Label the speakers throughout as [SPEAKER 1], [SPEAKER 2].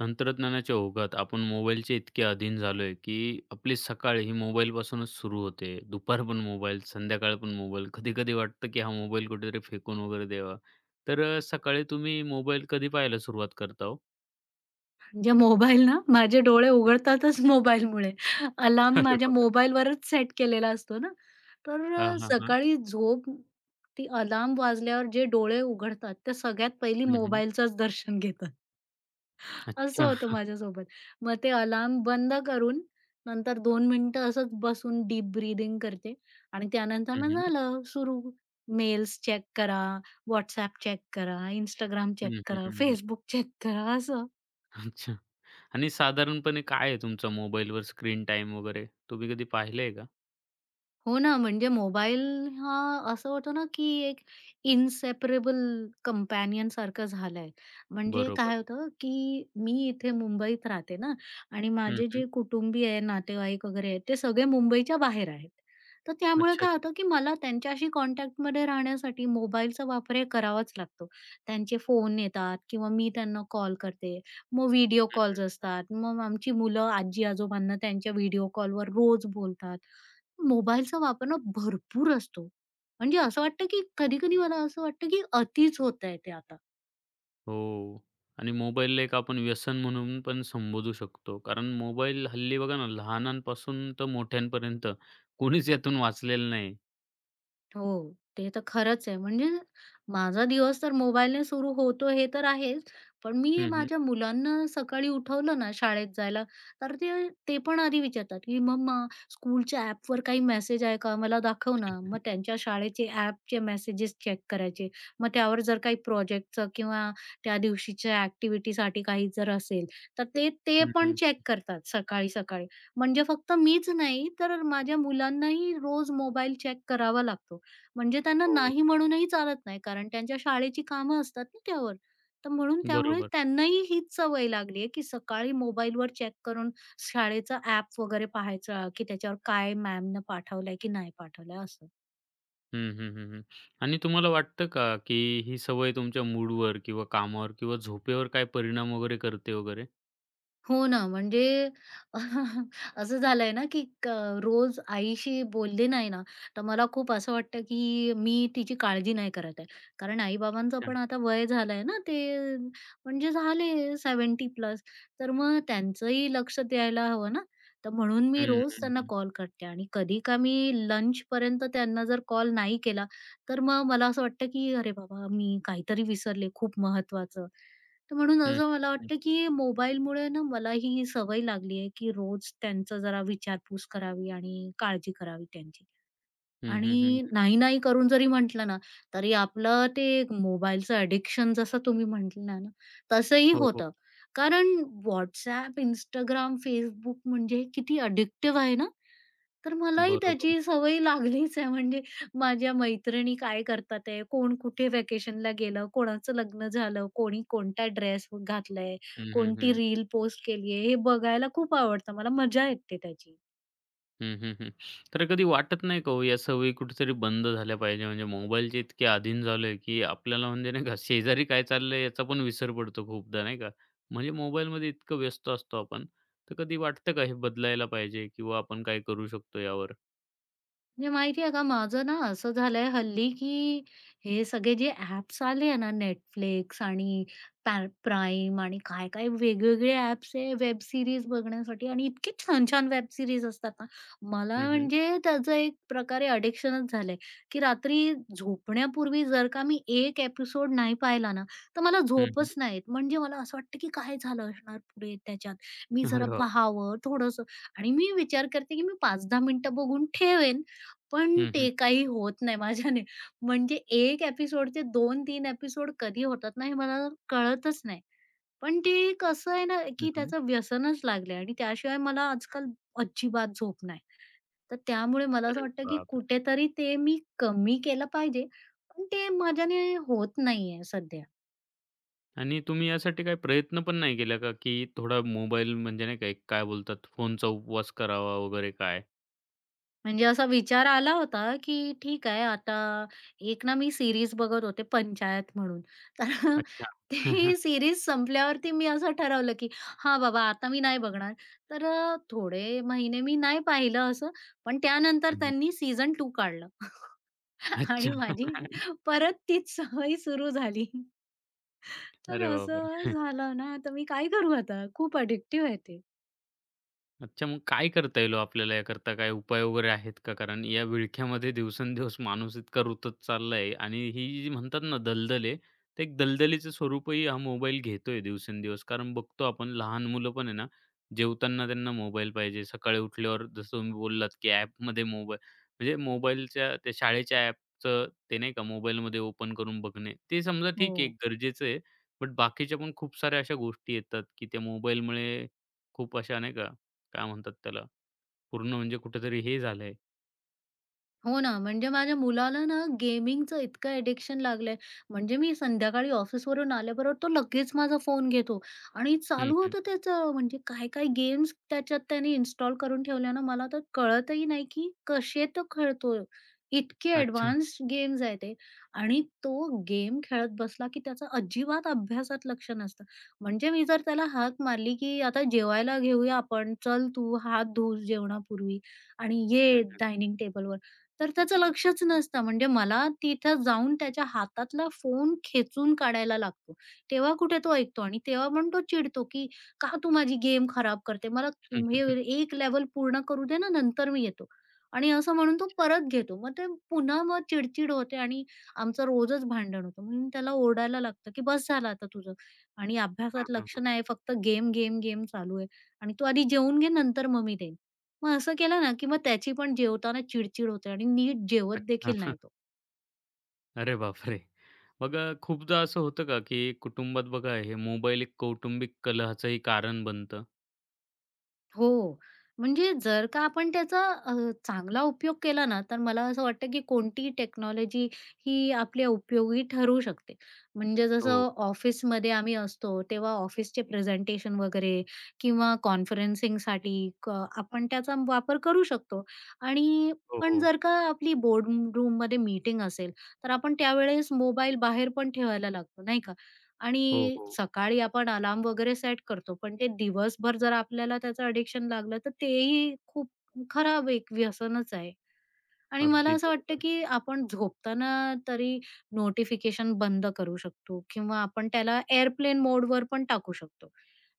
[SPEAKER 1] तंत्रज्ञानाच्या ओघात आपण मोबाईलचे इतके अधीन झालोय, की आपली सकाळ ही मोबाईलपासूनच सुरू होते. दुपार पण मोबाईल, संध्याकाळ पण मोबाईल. कधी-कधी वाटतं, की हा मोबाईल कुठेतरी फेकून वगैरे द्यावा. तर सकाळी तुम्ही मोबाईल कधी पाहायला सुरुवात करता हो?
[SPEAKER 2] म्हणजे मोबाईल ना माझे डोळे उघडतातच मोबाईलमुळे. अलार्म
[SPEAKER 1] अरे
[SPEAKER 2] माझ्या
[SPEAKER 1] बापरे!
[SPEAKER 2] मोबाईलवरच सेट केलेला असतो ना. तर
[SPEAKER 1] हां, हां, हां.
[SPEAKER 2] सकाळी झोप ती अलार्म वाजल्यावर जे डोळे उघडतात, ते सगळ्यात पहिली
[SPEAKER 1] हं, हं.
[SPEAKER 2] मोबाईलचंच दर्शन घेतात. असं
[SPEAKER 1] अच्छा.
[SPEAKER 2] होतं माझ्यासोबत. मग ते अलार्म बंद करून नंतर 2 मिनिटं असंच बसून डीप ब्रीथिंग करते आणि त्यानंतर
[SPEAKER 1] हं,
[SPEAKER 2] मग
[SPEAKER 1] हं.
[SPEAKER 2] झालं सुरू. मेल्स चेक करा, WhatsApp चेक करा, Instagram
[SPEAKER 1] हं,
[SPEAKER 2] चेक
[SPEAKER 1] हं,
[SPEAKER 2] करा,
[SPEAKER 1] हं, हं.
[SPEAKER 2] Facebook चेक करा असं.
[SPEAKER 1] अच्छा. आणि साधारणपणे काय आहे तुमचा मोबाईलवर स्क्रीन टाइम वगैरे? तुम्ही कधी पाहिलंय का?
[SPEAKER 2] हो ना, म्हणजे मोबाईल हा असं होतं ना, की एक इन्सेपरेबल कंपॅनियन सारखं झालंय. म्हणजे
[SPEAKER 1] बरोबर.
[SPEAKER 2] काय होतं, की मी इथे मुंबईत राहते ना आणि
[SPEAKER 1] हं,
[SPEAKER 2] माझे
[SPEAKER 1] हं.
[SPEAKER 2] जे कुटुंबीय आहे, नातेवाईक वगैरे आहेत, ते सगळे मुंबईच्या बाहेर आहेत. तर त्यामुळे
[SPEAKER 1] अच्छा.
[SPEAKER 2] काय होतं, की मला त्यांच्याशी कॉन्टॅक्टमध्ये राहण्यासाठी मोबाईलचा वापर हे करावाच लागतो. त्यांचे फोन येतात किंवा मी त्यांना कॉल करते. मग व्हिडिओ कॉल्स असतात. मग आमची मुलं आजी-आजोबांना त्यांच्या व्हिडिओ कॉलवर रोज बोलतात. मोबाईलचा वापर ना भरपूर असतो. म्हणजे असं वाटतं की कधी-कधी मला असं वाटतं की अतिच होतंय ते आता.
[SPEAKER 1] हो. आणि मोबाईलला एक आपण व्यसन म्हणून पण संबोधू शकतो. कारण मोबाईल हल्ली बघा ना, लहानांपासून तर मोठ्यांपर्यंत कोणीच यातून वाचलेलं नाही.
[SPEAKER 2] हो. ते तर खरंच आहे. म्हणजे माझा दिवस तर मोबाईलने सुरू होतो हे तर आहेच. पण मी
[SPEAKER 1] हं, हं.
[SPEAKER 2] माझ्या मुलांना सकाळी उठवलं ना शाळेत जायला, तर ते ते पण आधी विचारतात, की "मम्मा स्कूलच्या ॲपवर काही मेसेज आहे का? मला दाखव ना." मग त्यांच्या शाळेचे ॲपचे मेसेजेस चेक करायचे. मग त्यावर जर काही प्रोजेक्टचं किंवा त्या दिवशीच्या ॲक्टिव्हिटीसाठी काही जर असेल, तर ते ते
[SPEAKER 1] हं,
[SPEAKER 2] पण
[SPEAKER 1] हं.
[SPEAKER 2] चेक करतात सकाळी-सकाळी. म्हणजे फक्त मीच नाही, तर माझ्या मुलांनाही रोज मोबाईल चेक करावा लागतो. म्हणजे त्यांना
[SPEAKER 1] हो.
[SPEAKER 2] नाही म्हणूनही चालत नाही, कारण त्यांच्या शाळेची कामं असतात ना त्यावर. तर म्हणून त्यामुळे
[SPEAKER 1] बरोबर.
[SPEAKER 2] त्यांनाही हीच सवय लागली आहे, की सकाळी मोबाईलवर चेक करून शाळेचं ॲप वगैरे पाहायचं, की त्याच्यावर काय मॅमनं पाठवलंय की नाही पाठवलंय असं.
[SPEAKER 1] हं, हं, हं, हं. आणि तुम्हाला वाटतं का, की ही सवय तुमच्या मूडवर किंवा कामावर किंवा झोपेवर काय परिणाम वगैरे करते वगैरे?
[SPEAKER 2] हो ना, म्हणजे असं झालंय ना, की क रोज आईशी बोलले नाही ना, तर मला खूप असं वाटतं, की मी तिची काळजी नाही करत आहे. कारण आई-बाबांचं
[SPEAKER 1] अच्छा.
[SPEAKER 2] पण आता वय झालंय ना, ते म्हणजे झाले 70 प्लस. तर मग त्यांचंही लक्ष द्यायला हवं ना, तर म्हणून मी
[SPEAKER 1] हं,
[SPEAKER 2] रोज
[SPEAKER 1] हं,
[SPEAKER 2] त्यांना
[SPEAKER 1] हं.
[SPEAKER 2] कॉल करते आणि कधी का मी लंचपर्यंत त्यांना जर कॉल नाही केला, तर मग मला असं वाटतं, की अरे बाबा, मी काहीतरी विसरले खूप महत्त्वाचं. तर म्हणून
[SPEAKER 1] हं, हं,
[SPEAKER 2] असं मला
[SPEAKER 1] हं.
[SPEAKER 2] वाटतं की मोबाईलमुळे ना मलाही ही ही सवय लागली आहे की रोज त्यांचा जरा विचारपूस करावी आणि काळजी करावी त्यांची.
[SPEAKER 1] हं, हं, हं.
[SPEAKER 2] आणि नाही, नाही करून जरी म्हटलं ना, तरी आपलं ते मोबाईलचं ॲडिक्शन जसं तुम्ही म्हटला ना, तसंही
[SPEAKER 1] हो, हो.
[SPEAKER 2] होतं. कारण WhatsApp, Instagram, Facebook म्हणजे किती अडिक्टिव्ह आहे ना? तर मलाही
[SPEAKER 1] बरोबर.
[SPEAKER 2] त्याची सवय लागलीच आहे. म्हणजे माझ्या मैत्रिणी काय करतात आहे, कोण कुठे व्हॅकेशनला गेलं, कोणाचं लग्न झालं, कोणी कोणता ड्रेस घातलाय,
[SPEAKER 1] हं, हं,
[SPEAKER 2] कोणती
[SPEAKER 1] हं.
[SPEAKER 2] रील पोस्ट केली आहे, हे बघायला खूप आवडतं. मला मजा येते त्याची.
[SPEAKER 1] हं, हं, हं. तर कधी वाटत नाही का हो, या सवयी कुठेतरी बंद झाल्या पाहिजे? म्हणजे मोबाईलचे इतके अधीन झालोय, की आपल्याला म्हणजे नाही का शेजारी काय चाललंय याचा पण विसर पडतो खूपदा नाही का? म्हणजे मोबाईलमध्ये इतकं व्यस्त असतो आपण. तर कधी वाटतं का हे बदलायला पाहिजे किंवा आपण काय करू शकतो यावर?
[SPEAKER 2] म्हणजे माहिती आहे का, माझं ना असं झालंय हल्ली, की हे सगळे जे ॲप्स आले आहे ना Netflix आणि पॅ Prime आणि काय-काय वेगवेगळे ॲप्स आहे वेब सीरीज बघण्यासाठी आणि इतकी छान-छान वेब सीरीज असतात ना, मला
[SPEAKER 1] हं, हं.
[SPEAKER 2] म्हणजे त्याचं एक प्रकारे अडिक्शनच झालंय, की रात्री झोपण्यापूर्वी जर का मी एक एपिसोड नाही पाहिला ना, तर मला
[SPEAKER 1] हं,
[SPEAKER 2] झोपच
[SPEAKER 1] हं.
[SPEAKER 2] नाही येत. म्हणजे मला असं वाटतं, की काय झालं असणार पुढे त्याच्यात? मी जरा
[SPEAKER 1] अरे बाप!
[SPEAKER 2] पाहावं थोडंसं आणि मी विचार करते, की मी 5-10 मिनिटं बघून ठेवेन. पण
[SPEAKER 1] हं, हं.
[SPEAKER 2] ते काही होत नाही माझ्याने. म्हणजे 1 एपिसोडचे 2-3 एपिसोड कधी होतात ना, हे मला कळतच नाही. पण ते कसं आहे ना,
[SPEAKER 1] हं,
[SPEAKER 2] की
[SPEAKER 1] हं.
[SPEAKER 2] त्याचं व्यसनच लागलंय आणि त्याशिवाय मला आजकाल अजिबात झोप नाही. तर त्यामुळे मला असं
[SPEAKER 1] अरे
[SPEAKER 2] वाटतं, की
[SPEAKER 1] बापरे!
[SPEAKER 2] कुठेतरी ते मी कमी केलं पाहिजे, पण ते माझ्याने होत नाहीये सध्या.
[SPEAKER 1] आणि तुम्ही यासाठी काही प्रयत्न पण नाही केला का, की थोडा मोबाईल म्हणजे नाही का काय बोलतात फोनचा उपवास करावा वगैरे काय?
[SPEAKER 2] म्हणजे असा विचार आला होता, की ठीक आहे आता एक ना मी सीरीज बघत होते पंचायत म्हणून. तर
[SPEAKER 1] अच्छा.
[SPEAKER 2] ती सीरीज संपल्यावरती मी असं ठरवलं, की हां बाबा आता मी नाही बघणार. तर थोडे महिने मी नाही पाहिलं असं, पण त्यानंतर
[SPEAKER 1] हं,
[SPEAKER 2] त्यांनी सीझन 2 काढलं
[SPEAKER 1] अच्छा.
[SPEAKER 2] आणि माझी परत तीच सवय सुरू झाली. तर
[SPEAKER 1] अरे
[SPEAKER 2] असं
[SPEAKER 1] बापरे!
[SPEAKER 2] झालं ना, तर मी काय करू आता? खूप अडिक्टिव्ह आहे ते.
[SPEAKER 1] अच्छा, मग काय करता येईल हो आपल्याला याकरता काही उपाय वगैरे आहेत का? कारण या विळख्यामध्ये दिवसेंदिवस माणूस इतका रुतत चाललाय आणि ही जी म्हणतात ना दलदल आहे, तर एक दलदलीचं स्वरूपही हा मोबाईल घेतोय दिवसेंदिवस. कारण बघतो आपण लहान मुलं पण आहे ना, जेवताना त्यांना मोबाईल पाहिजे. सकाळी उठल्यावर जसं तुम्ही बोललात, की ॲपमध्ये मोबाईल म्हणजे मोबाईलच्या त्या शाळेच्या ॲपचं ते नाही का मोबाईलमध्ये ओपन करून बघणे. ते समजा
[SPEAKER 2] हो.
[SPEAKER 1] ठीक आहे, गरजेचं आहे. बट बाकीच्या पण खूप साऱ्या अशा गोष्टी येतात, की त्या मोबाईलमुळे खूप अशा नाही का काय म्हणतात त्याला, पूर्ण म्हणजे कुठेतरी हे झालंय.
[SPEAKER 2] हो ना, म्हणजे माझ्या मुलाला ना गेमिंगचं इतकं ॲडिक्शन लागलंय. म्हणजे मी संध्याकाळी ऑफिसवरून आल्याबरोबर तो लगेच माझा फोन घेतो आणि
[SPEAKER 1] हं,
[SPEAKER 2] चालू
[SPEAKER 1] हं.
[SPEAKER 2] होतं त्याचं. म्हणजे काय-काय गेम्स त्याच्यात त्याने इन्स्टॉल करून ठेवल्या ना, मला तर कळतही नाही की कसे तो खेळतोय. इतके
[SPEAKER 1] अच्छा.
[SPEAKER 2] ॲडव्हान्स गेम्स आहेत ते आणि तो गेम खेळत बसला की त्याचा अजिबात अभ्यासात लक्ष नसतं. म्हणजे मी जर त्याला हाक मारली की "आता जेवायला घेऊया आपण. चल तू हात धु जेवणापूर्वी आणि
[SPEAKER 1] हं,
[SPEAKER 2] ये
[SPEAKER 1] हं.
[SPEAKER 2] डायनिंग टेबलवर." तर त्याचं लक्षच नसतं. म्हणजे मला तिथं जाऊन त्याच्या हातातला फोन खेचून काढायला लागतो. तेव्हा कुठे तो ऐकतो आणि तेव्हा पण तो चिडतो, की "का तू माझी गेम खराब करते? मला हे एक लेवल पूर्ण करू दे ना, नंतर मी येतो." आणि असं म्हणून तो परत घेतो. मग ते पुन्हा मग चिडचिड होते आणि आमचं रोजच भांडण होतं. म्हणून त्याला ओरडायला लागतं, की "बस झालं आता तुझं आणि
[SPEAKER 1] हां,
[SPEAKER 2] अभ्यासात
[SPEAKER 1] हां,
[SPEAKER 2] लक्ष
[SPEAKER 1] हां.
[SPEAKER 2] नाही, फक्त गेम, गेम, गेम चालू आहे आणि तू आधी जेवून घे, नंतर मग मी देईन." मग असं केलं ना, की मग त्याची पण जेवताना चिडचिड होते आणि नीट जेवत देखील
[SPEAKER 1] अच्छा.
[SPEAKER 2] नाही तो.
[SPEAKER 1] अरे बापरे! मग खूपदा असं होतं का, की कुटुंबात बघा हे मोबाईल एक कौटुंबिक कलहाचंही कारण बनतं?
[SPEAKER 2] हो. म्हणजे जर का आपण त्याचा अ, चांगला उपयोग केला ना, तर मला असं वाटतं, की कोणतीही टेक्नॉलॉजी ही आपल्या उपयोगी ठरू शकते. म्हणजे
[SPEAKER 1] हो.
[SPEAKER 2] जसं ऑफिसमध्ये आम्ही असतो, तेव्हा ऑफिसचे प्रेझेंटेशन वगैरे किंवा कॉन्फरन्सिंगसाठी आपण त्याचा वापर करू शकतो आणि
[SPEAKER 1] हो,
[SPEAKER 2] पण
[SPEAKER 1] हो.
[SPEAKER 2] जर का आपली बोर्ड रूममध्ये मीटिंग असेल, तर आपण त्यावेळेस मोबाईल बाहेर पण ठेवायला लागतो, नाही का?
[SPEAKER 1] हो,
[SPEAKER 2] आणि
[SPEAKER 1] हो.
[SPEAKER 2] सकाळी आपण अलार्म वगैरे सेट करतो, पण ते दिवसभर जर आपल्याला त्याचं अडिक्शन लागलं, तर तेही खूप खराब एक व्यसनच आहे. आणि मला
[SPEAKER 1] अगदी
[SPEAKER 2] असं वाटतं,
[SPEAKER 1] बरोबर.
[SPEAKER 2] की आपण झोपताना तरी नोटिफिकेशन बंद करू शकतो किंवा आपण त्याला एअरप्लेन मोडवर पण टाकू शकतो.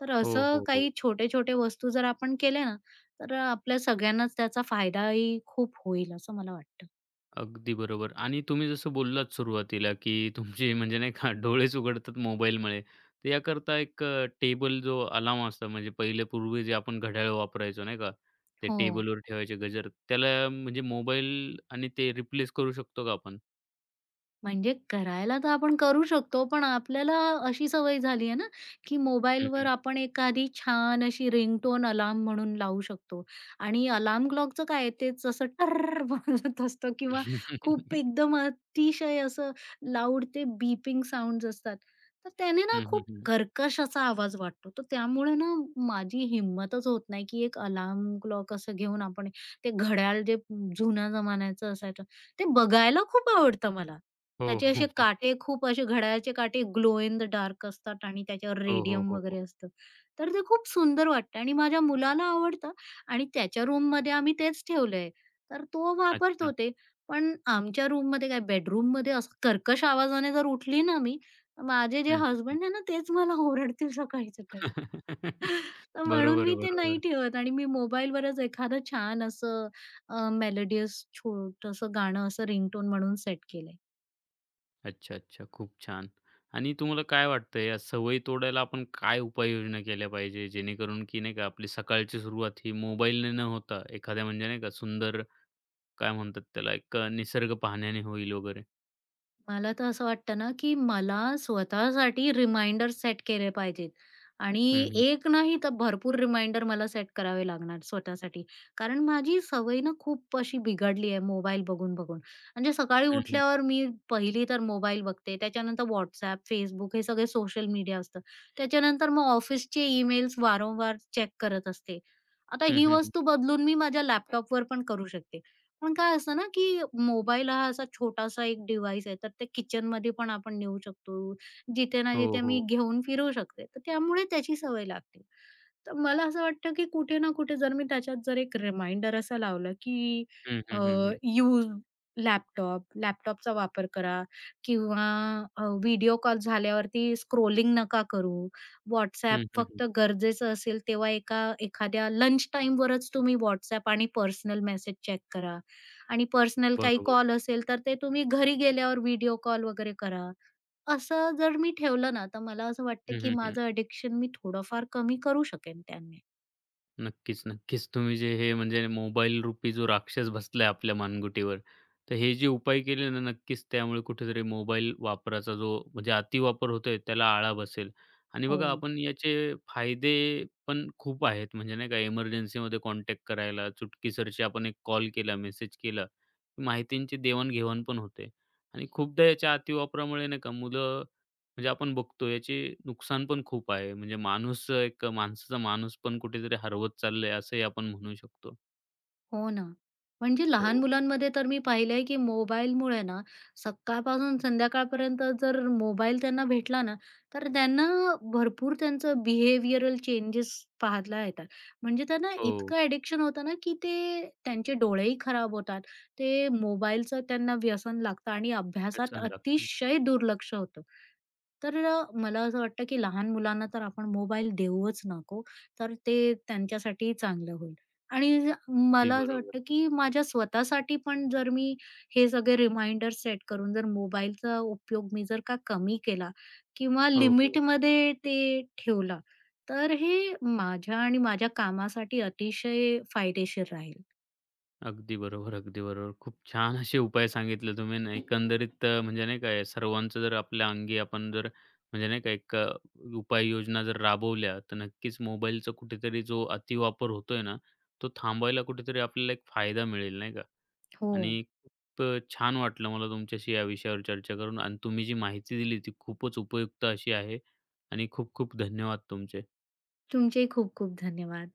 [SPEAKER 2] तर
[SPEAKER 1] हो,
[SPEAKER 2] असं
[SPEAKER 1] हो, हो.
[SPEAKER 2] काही छोटे-छोटे वस्तू जर आपण केल्या ना, तर आपल्या सगळ्यांनाच त्याचा फायदाही खूप होईल असं मला वाटतं.
[SPEAKER 1] अगदी बरोबर. आणि तुम्ही जसं बोललात सुरुवातीला, की तुमचे म्हणजे नाही का डोळेच उघडतात मोबाईलमुळे. तर याकरता एक टेबल जो अलार्म असतो म्हणजे पहिले पूर्वी जे आपण घड्याळ वापरायचो नाही का? ते
[SPEAKER 2] हो.
[SPEAKER 1] टेबलवर ठेवायचे गजर. त्याला म्हणजे मोबाईल आणि ते रिप्लेस करू शकतो का आपण?
[SPEAKER 2] म्हणजे करायला तर आपण करू शकतो, पण आपल्याला अशी सवय झाली आहे ना, की
[SPEAKER 1] हं,
[SPEAKER 2] मोबाईलवर
[SPEAKER 1] हं.
[SPEAKER 2] आपण एखादी छान अशी रिंगटोन अलार्म म्हणून लावू शकतो आणि अलार्म क्लॉकचं काय आहे, तेच असं टर्रर्र वाजत असतं किंवा खूप एकदम अतिशय असं लाऊड ते बीपिंग साउंड्स असतात. तर त्याने ना
[SPEAKER 1] हं, हं,
[SPEAKER 2] खूप
[SPEAKER 1] हं.
[SPEAKER 2] कर्कश असा आवाज वाटतो. तर त्यामुळे ना माझी हिम्मतच होत नाही, की एक अलार्म क्लॉक असं घेऊन आपण ते घड्याळ जे जुन्या जमान्याचं असायचं, ते बघायला खूप आवडतं मला.
[SPEAKER 1] हो,
[SPEAKER 2] त्याचे
[SPEAKER 1] हो,
[SPEAKER 2] असे
[SPEAKER 1] हो.
[SPEAKER 2] काटे खूप असे घड्याळाचे काटे ग्लो इन द डार्क असतात आणि त्याच्यावर
[SPEAKER 1] हो, हो,
[SPEAKER 2] रेडियम
[SPEAKER 1] हो,
[SPEAKER 2] वगैरे
[SPEAKER 1] हो.
[SPEAKER 2] असतं. तर ते खूप सुंदर वाटतं आणि माझ्या मुलाला आवडतं आणि त्याच्या रूममध्ये आम्ही तेच ठेवलंय. तर तो
[SPEAKER 1] अच्छा.
[SPEAKER 2] वापरतो ते. पण आमच्या रूममध्ये काय बेडरूममध्ये असं कर्कश आवाजाने जर उठली ना मी, तर माझे
[SPEAKER 1] हं,
[SPEAKER 2] जे
[SPEAKER 1] हं, हं.
[SPEAKER 2] हसबंड आहे ना तेच मला ओरडतील सकाळी-सकाळी. तर म्हणून
[SPEAKER 1] बरोबर,
[SPEAKER 2] मी ते नाही
[SPEAKER 1] बरोबर.
[SPEAKER 2] ठेवत आणि मी मोबाईलवरच एखादं छान असं मेलोडियस छोटंसं गाणं असं रिंगटोन म्हणून सेट केलंय.
[SPEAKER 1] अच्छा, अच्छा. खूप छान. आणि तुम्हाला काय वाटतं या सवयी तोडायला आपण काय उपाययोजना केल्या पाहिजे? जेणेकरून की नाही का आपली सकाळची सुरुवात ही मोबाईलने न होता एखाद्या म्हणजे नाही का सुंदर काय म्हणतात त्याला एक निसर्ग पाहण्याने होईल वगैरे.
[SPEAKER 2] मला तर असं वाटतं ना, की मला स्वतःसाठी रिमाइंडर सेट केले पाहिजेत आणि
[SPEAKER 1] हं, हं.
[SPEAKER 2] एक नाही तर भरपूर रिमाइंडर मला सेट करावे लागणार स्वतःसाठी. कारण माझी सवय ना खूप अशी बिघडली आहे मोबाईल बघून-बघून. म्हणजे सकाळी
[SPEAKER 1] हं, हं.
[SPEAKER 2] उठल्यावर मी पहिली तर मोबाईल बघते, त्याच्यानंतर WhatsApp, Facebook हे सगळे सोशल मीडिया असतं. त्याच्यानंतर मग ऑफिसचे ईमेल्स वारंवार चेक करत असते. आता
[SPEAKER 1] हं,
[SPEAKER 2] ही
[SPEAKER 1] हं, हं.
[SPEAKER 2] वस्तू बदलून मी माझ्या लॅपटॉपवर पण करू शकते. पण काय असतं ना, की मोबाईल हा असा छोटासा एक डिव्हाइस आहे, तर ते किचनमध्ये पण आपण नेऊ शकतो. जिथे ना
[SPEAKER 1] हो,
[SPEAKER 2] जिथे
[SPEAKER 1] हो.
[SPEAKER 2] मी घेऊन फिरू शकते. तर त्यामुळे त्याची सवय लागते. तर मला असं वाटतं, की कुठे ना कुठे जर मी त्याच्यात जर एक रिमाइंडर असा लावला, की
[SPEAKER 1] हं,
[SPEAKER 2] अ,
[SPEAKER 1] हं, हं, हं.
[SPEAKER 2] यूज लॅपटॉप, लॅपटॉपचा वापर करा किंवा व्हिडिओ कॉल झाल्यावरती स्क्रोलिंग नका करू.
[SPEAKER 1] हं,
[SPEAKER 2] WhatsApp
[SPEAKER 1] हं, हं.
[SPEAKER 2] फक्त गरजेचं असेल तेव्हा एखाद्या लंच टाईमवरच तुम्ही WhatsApp आणि पर्सनल मेसेज चेक करा आणि पर्सनल काही
[SPEAKER 1] बरोबर.
[SPEAKER 2] कॉल असेल, तर ते तुम्ही घरी गेल्यावर व्हिडिओ कॉल वगैरे करा. असं जर मी ठेवलं ना, तर मला असं वाटतं
[SPEAKER 1] हं,
[SPEAKER 2] की
[SPEAKER 1] हं, हं.
[SPEAKER 2] माझं अडिक्शन मी थोडंफार कमी करू शकेन त्याने.
[SPEAKER 1] नक्कीच, नक्कीच. तुम्ही जे हे म्हणजे मोबाईल रूपी जो राक्षस बसलाय आपल्या मानगुटीवर, तर हे जे उपाय केले ना, नक्कीच त्यामुळे कुठेतरी मोबाईल वापराचा जो म्हणजे अतिवापर होतोय त्याला आळा बसेल. आणि बघा
[SPEAKER 2] हो.
[SPEAKER 1] आपण याचे फायदे पण खूप आहेत. म्हणजे नाही का इमर्जन्सीमध्ये कॉन्टॅक्ट करायला, चुटकीसरशी आपण एक कॉल केला, मेसेज केला, माहितींची देवाण पण होते. आणि खूपदा याच्या अतिवापरामुळे नाही का मुलं म्हणजे आपण बघतो याचे नुकसान पण खूप आहे. म्हणजे माणूस एक माणसाचा माणूस पण कुठेतरी हरवत चाललाय असंही आपण म्हणू शकतो.
[SPEAKER 2] हो ना. म्हणजे
[SPEAKER 1] हो.
[SPEAKER 2] लहान मुलांमध्ये तर मी पाहिलंय, की मोबाईलमुळे ना सकाळपासून संध्याकाळपर्यंत जर मोबाईल त्यांना भेटला ना, तर त्यांना भरपूर त्यांचं बिहेवियरल चेंजेस पाहायला येतात. म्हणजे त्यांना
[SPEAKER 1] हो.
[SPEAKER 2] इतकं ॲडिक्शन होतं ना, की ते त्यांचे डोळेही खराब होतात. ते मोबाईलचं त्यांना व्यसन लागतं आणि अभ्यासात
[SPEAKER 1] व्यसन लागतं.
[SPEAKER 2] अतिशय दुर्लक्ष होतं. तर मला असं वाटतं, की लहान मुलांना तर आपण मोबाईल देऊच नको. तर ते त्यांच्यासाठी चांगलं होईल. आणि
[SPEAKER 1] अगदी
[SPEAKER 2] मला असं
[SPEAKER 1] बरोबर.
[SPEAKER 2] वाटतं, की माझ्या स्वतःसाठी पण जर मी हे सगळे रिमाइंडर सेट करून जर मोबाईलचा उपयोग मी जर का कमी केला किंवा
[SPEAKER 1] हो, हो.
[SPEAKER 2] लिमिटमध्ये ते ठेवला, तर हे माझ्या आणि माझ्या कामासाठी अतिशय फायदेशीर राहील.
[SPEAKER 1] अगदी बरोबर, अगदी बरोबर. खूप छान असे उपाय सांगितले तुम्ही ना एकंदरीत म्हणजे नाही का सर्वांचं जर आपल्या अंगी आपण जर म्हणजे नाही का एक उपाययोजना जर राबवल्या तर नक्कीच मोबाईलचा कुठेतरी जो अतिवापर होतोय ना, तो थांबवायला कुठेतरी आपल्याला एक फायदा मिळेल नाही का?
[SPEAKER 2] हो.
[SPEAKER 1] आणि खूप छान वाटलं मला तुमच्याशी या विषयावर चर्चा करून आणि तुम्ही जी माहिती दिली ती खूपच उपयुक्त अशी आहे आणि खूप खूप धन्यवाद तुमचे.
[SPEAKER 2] तुमचेही खूप खूप धन्यवाद.